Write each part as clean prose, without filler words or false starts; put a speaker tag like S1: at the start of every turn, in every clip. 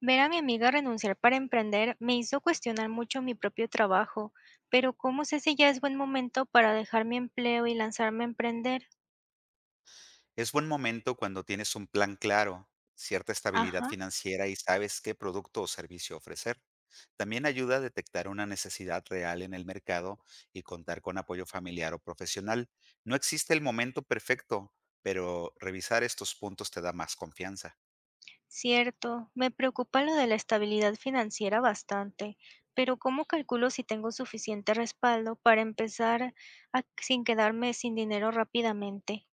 S1: Ver a mi amiga renunciar para emprender me hizo cuestionar mucho mi propio trabajo, pero ¿cómo sé si ya es buen momento para dejar mi empleo y lanzarme a emprender?
S2: Es buen momento cuando tienes un plan claro, cierta estabilidad
S1: Ajá,
S2: financiera y sabes qué producto o servicio ofrecer. También ayuda a detectar una necesidad real en el mercado y contar con apoyo familiar o profesional. No existe el momento perfecto, pero revisar estos puntos te da más confianza.
S1: cierto, me preocupa lo de la estabilidad financiera bastante, pero ¿cómo calculo si tengo suficiente respaldo para empezar sin quedarme sin dinero rápidamente?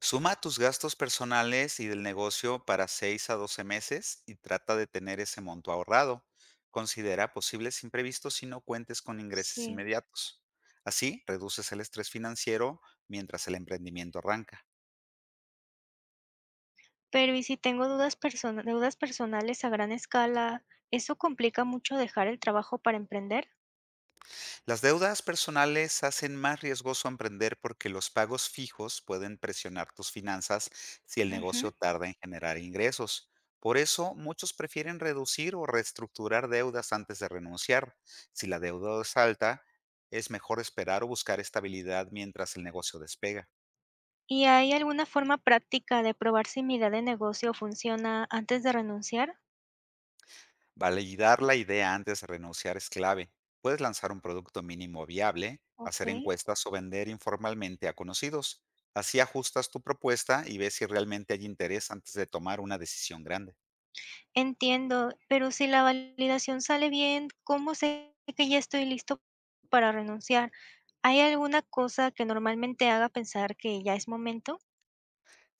S2: Suma tus gastos personales y del negocio para 6 a 12 meses y trata de tener ese monto ahorrado. Considera posibles imprevistos si no cuentes con ingresos
S1: Sí,
S2: inmediatos. Así, reduces el estrés financiero mientras el emprendimiento arranca.
S1: pero ¿y si tengo deudas personales a gran escala? ¿Eso complica mucho dejar el trabajo para emprender?
S2: Las deudas personales hacen más riesgoso emprender porque los pagos fijos pueden presionar tus finanzas si el negocio
S1: Ujú.
S2: tarda en generar ingresos. Por eso, muchos prefieren reducir o reestructurar deudas antes de renunciar. Si la deuda es alta, es mejor esperar o buscar estabilidad mientras el negocio despega.
S1: ¿Y hay alguna forma práctica de probar si mi idea de negocio funciona antes de renunciar?
S2: Validar la idea antes de renunciar es clave. Puedes lanzar un producto mínimo viable,
S1: Ok,
S2: hacer encuestas o vender informalmente a conocidos. Así ajustas tu propuesta y ves si realmente hay interés antes de tomar una decisión grande.
S1: entiendo, pero si la validación sale bien, ¿cómo sé que ya estoy listo para renunciar? ¿Hay alguna cosa que normalmente haga pensar que ya es momento?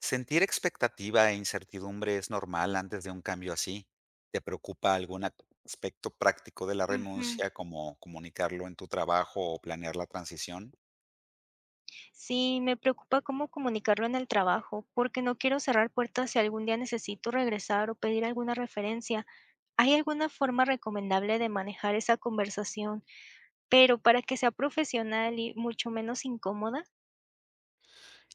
S2: Sentir expectativa e incertidumbre es normal antes de un cambio así. ¿Te preocupa algún aspecto práctico de la
S1: Ujú.
S2: renuncia, como comunicarlo en tu trabajo o planear la transición?
S1: Sí, me preocupa cómo comunicarlo en el trabajo, porque no quiero cerrar puertas si algún día necesito regresar o pedir alguna referencia. ¿Hay alguna forma recomendable de manejar esa conversación? Pero para que sea profesional y mucho menos incómoda,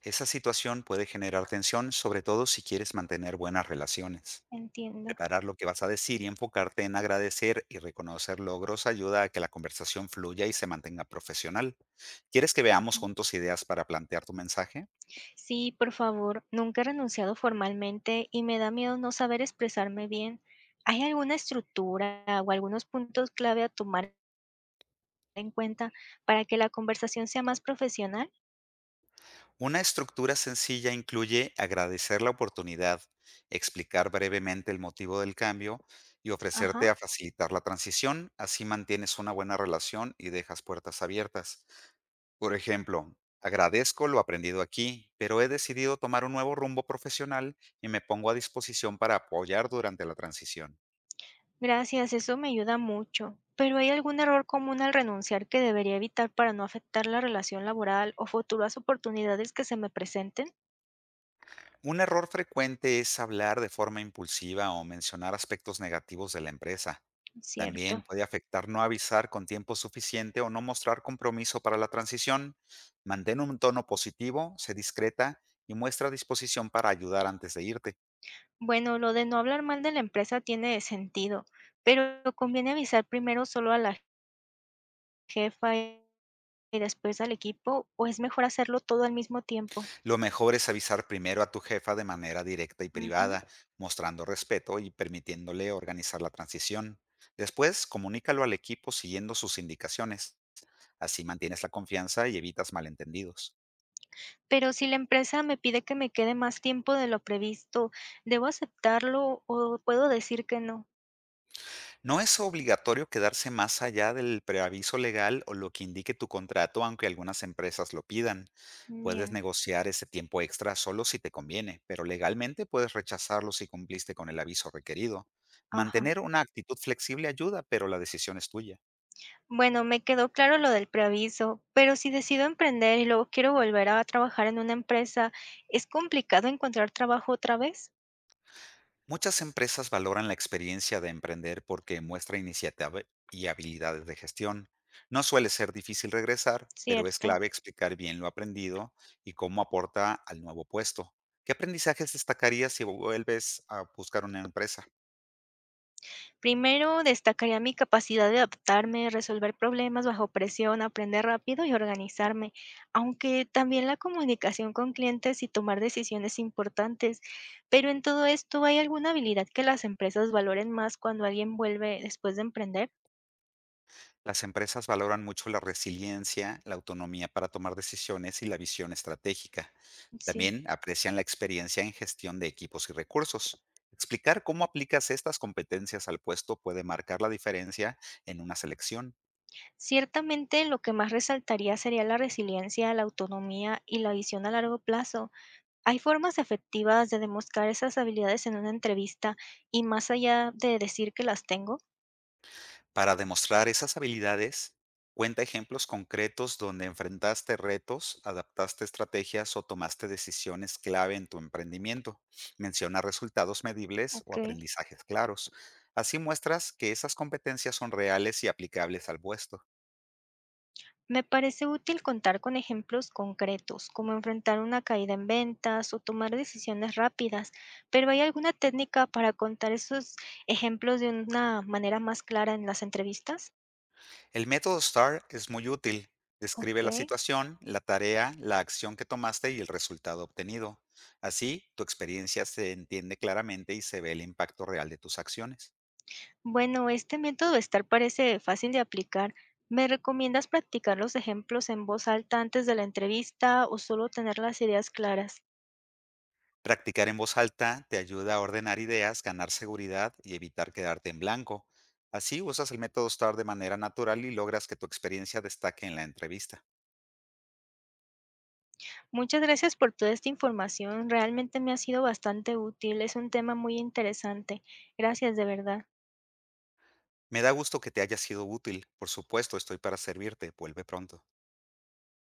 S2: Esa situación puede generar tensión, sobre todo si quieres mantener buenas relaciones.
S1: entiendo.
S2: Preparar lo que vas a decir y enfocarte en agradecer y reconocer logros ayuda a que la conversación fluya y se mantenga profesional. ¿Quieres que veamos
S1: Ujú.
S2: juntos ideas para plantear tu mensaje?
S1: Sí, por favor, nunca he renunciado formalmente y me da miedo no saber expresarme bien. ¿Hay alguna estructura o algunos puntos clave a tomar en cuenta para que la conversación sea más profesional?
S2: Una estructura sencilla incluye agradecer la oportunidad, explicar brevemente el motivo del cambio y
S1: Ajá.
S2: ofrecerte a facilitar la transición. Así mantienes una buena relación y dejas puertas abiertas. Por ejemplo, agradezco lo aprendido aquí, pero he decidido tomar un nuevo rumbo profesional y me pongo a disposición para apoyar durante la transición.
S1: Gracias, eso me ayuda mucho. Pero ¿hay algún error común al renunciar que debería evitar para no afectar la relación laboral o futuras oportunidades que se me presenten?
S2: Un error frecuente es hablar de forma impulsiva o mencionar aspectos negativos de la empresa. También
S1: Cierto.
S2: puede afectar no avisar con tiempo suficiente o no mostrar compromiso para la transición. Mantén un tono positivo, sé discreta y muestra disposición para ayudar antes de irte.
S1: Bueno, lo de no hablar mal de la empresa tiene sentido, pero ¿conviene avisar primero solo a la jefa y después al equipo o es mejor hacerlo todo al mismo tiempo?
S2: Lo mejor es avisar primero a tu jefa de manera directa y
S1: Ujú.
S2: privada, mostrando respeto y permitiéndole organizar la transición. Después, comunícalo al equipo siguiendo sus indicaciones. Así mantienes la confianza y evitas malentendidos.
S1: Pero si la empresa me pide que me quede más tiempo de lo previsto, ¿debo aceptarlo o puedo decir que no?
S2: No es obligatorio quedarse más allá del preaviso legal o lo que indique tu contrato, aunque algunas empresas lo pidan. Puedes
S1: Bien,
S2: negociar ese tiempo extra solo si te conviene, pero legalmente puedes rechazarlo si cumpliste con el aviso requerido. Mantener
S1: ajá.
S2: una actitud flexible ayuda, pero la decisión es tuya.
S1: Bueno, me quedó claro lo del preaviso, pero si decido emprender y luego quiero volver a trabajar en una empresa, ¿es complicado encontrar trabajo otra vez?
S2: Muchas empresas valoran la experiencia de emprender porque muestra iniciativa y habilidades de gestión. No suele ser difícil regresar, pero es
S1: Cierto.
S2: clave explicar bien lo aprendido y cómo aporta al nuevo puesto. ¿Qué aprendizajes destacarías si vuelves a buscar una empresa?
S1: Primero, destacaría mi capacidad de adaptarme, resolver problemas bajo presión, aprender rápido y organizarme, aunque también la comunicación con clientes y tomar decisiones importantes. Pero en todo esto, ¿hay alguna habilidad que las empresas valoren más cuando alguien vuelve después de emprender?
S2: Las empresas valoran mucho la resiliencia, la autonomía para tomar decisiones y la visión estratégica.
S1: Sí.
S2: También aprecian la experiencia en gestión de equipos y recursos. Explicar cómo aplicas estas competencias al puesto puede marcar la diferencia en una selección.
S1: Ciertamente, lo que más resaltaría sería la resiliencia, la autonomía y la visión a largo plazo. Hay formas efectivas de demostrar esas habilidades en una entrevista y más allá de decir que las tengo.
S2: Para demostrar esas habilidades, cuenta ejemplos concretos donde enfrentaste retos, adaptaste estrategias o tomaste decisiones clave en tu emprendimiento. Menciona resultados medibles o
S1: Okey.
S2: aprendizajes claros. Así muestras que esas competencias son reales y aplicables al puesto.
S1: Me parece útil contar con ejemplos concretos, como enfrentar una caída en ventas o tomar decisiones rápidas, pero ¿hay alguna técnica para contar esos ejemplos de una manera más clara en las entrevistas?
S2: El método STAR es muy útil. Describe la
S1: Okey.
S2: situación, la tarea, la acción que tomaste y el resultado obtenido. Así, tu experiencia se entiende claramente y se ve el impacto real de tus acciones.
S1: Bueno, este método de estar parece fácil de aplicar. ¿Me recomiendas practicar los ejemplos en voz alta antes de la entrevista o solo tener las ideas claras?
S2: Practicar en voz alta te ayuda a ordenar ideas, ganar seguridad y evitar quedarte en blanco. Así usas el método STAR de manera natural y logras que tu experiencia destaque en la entrevista.
S1: Muchas gracias por toda esta información, realmente me ha sido bastante útil, es un tema muy interesante. Gracias, de verdad.
S2: Me da gusto que te haya sido útil. Por supuesto, estoy para servirte. Vuelve pronto.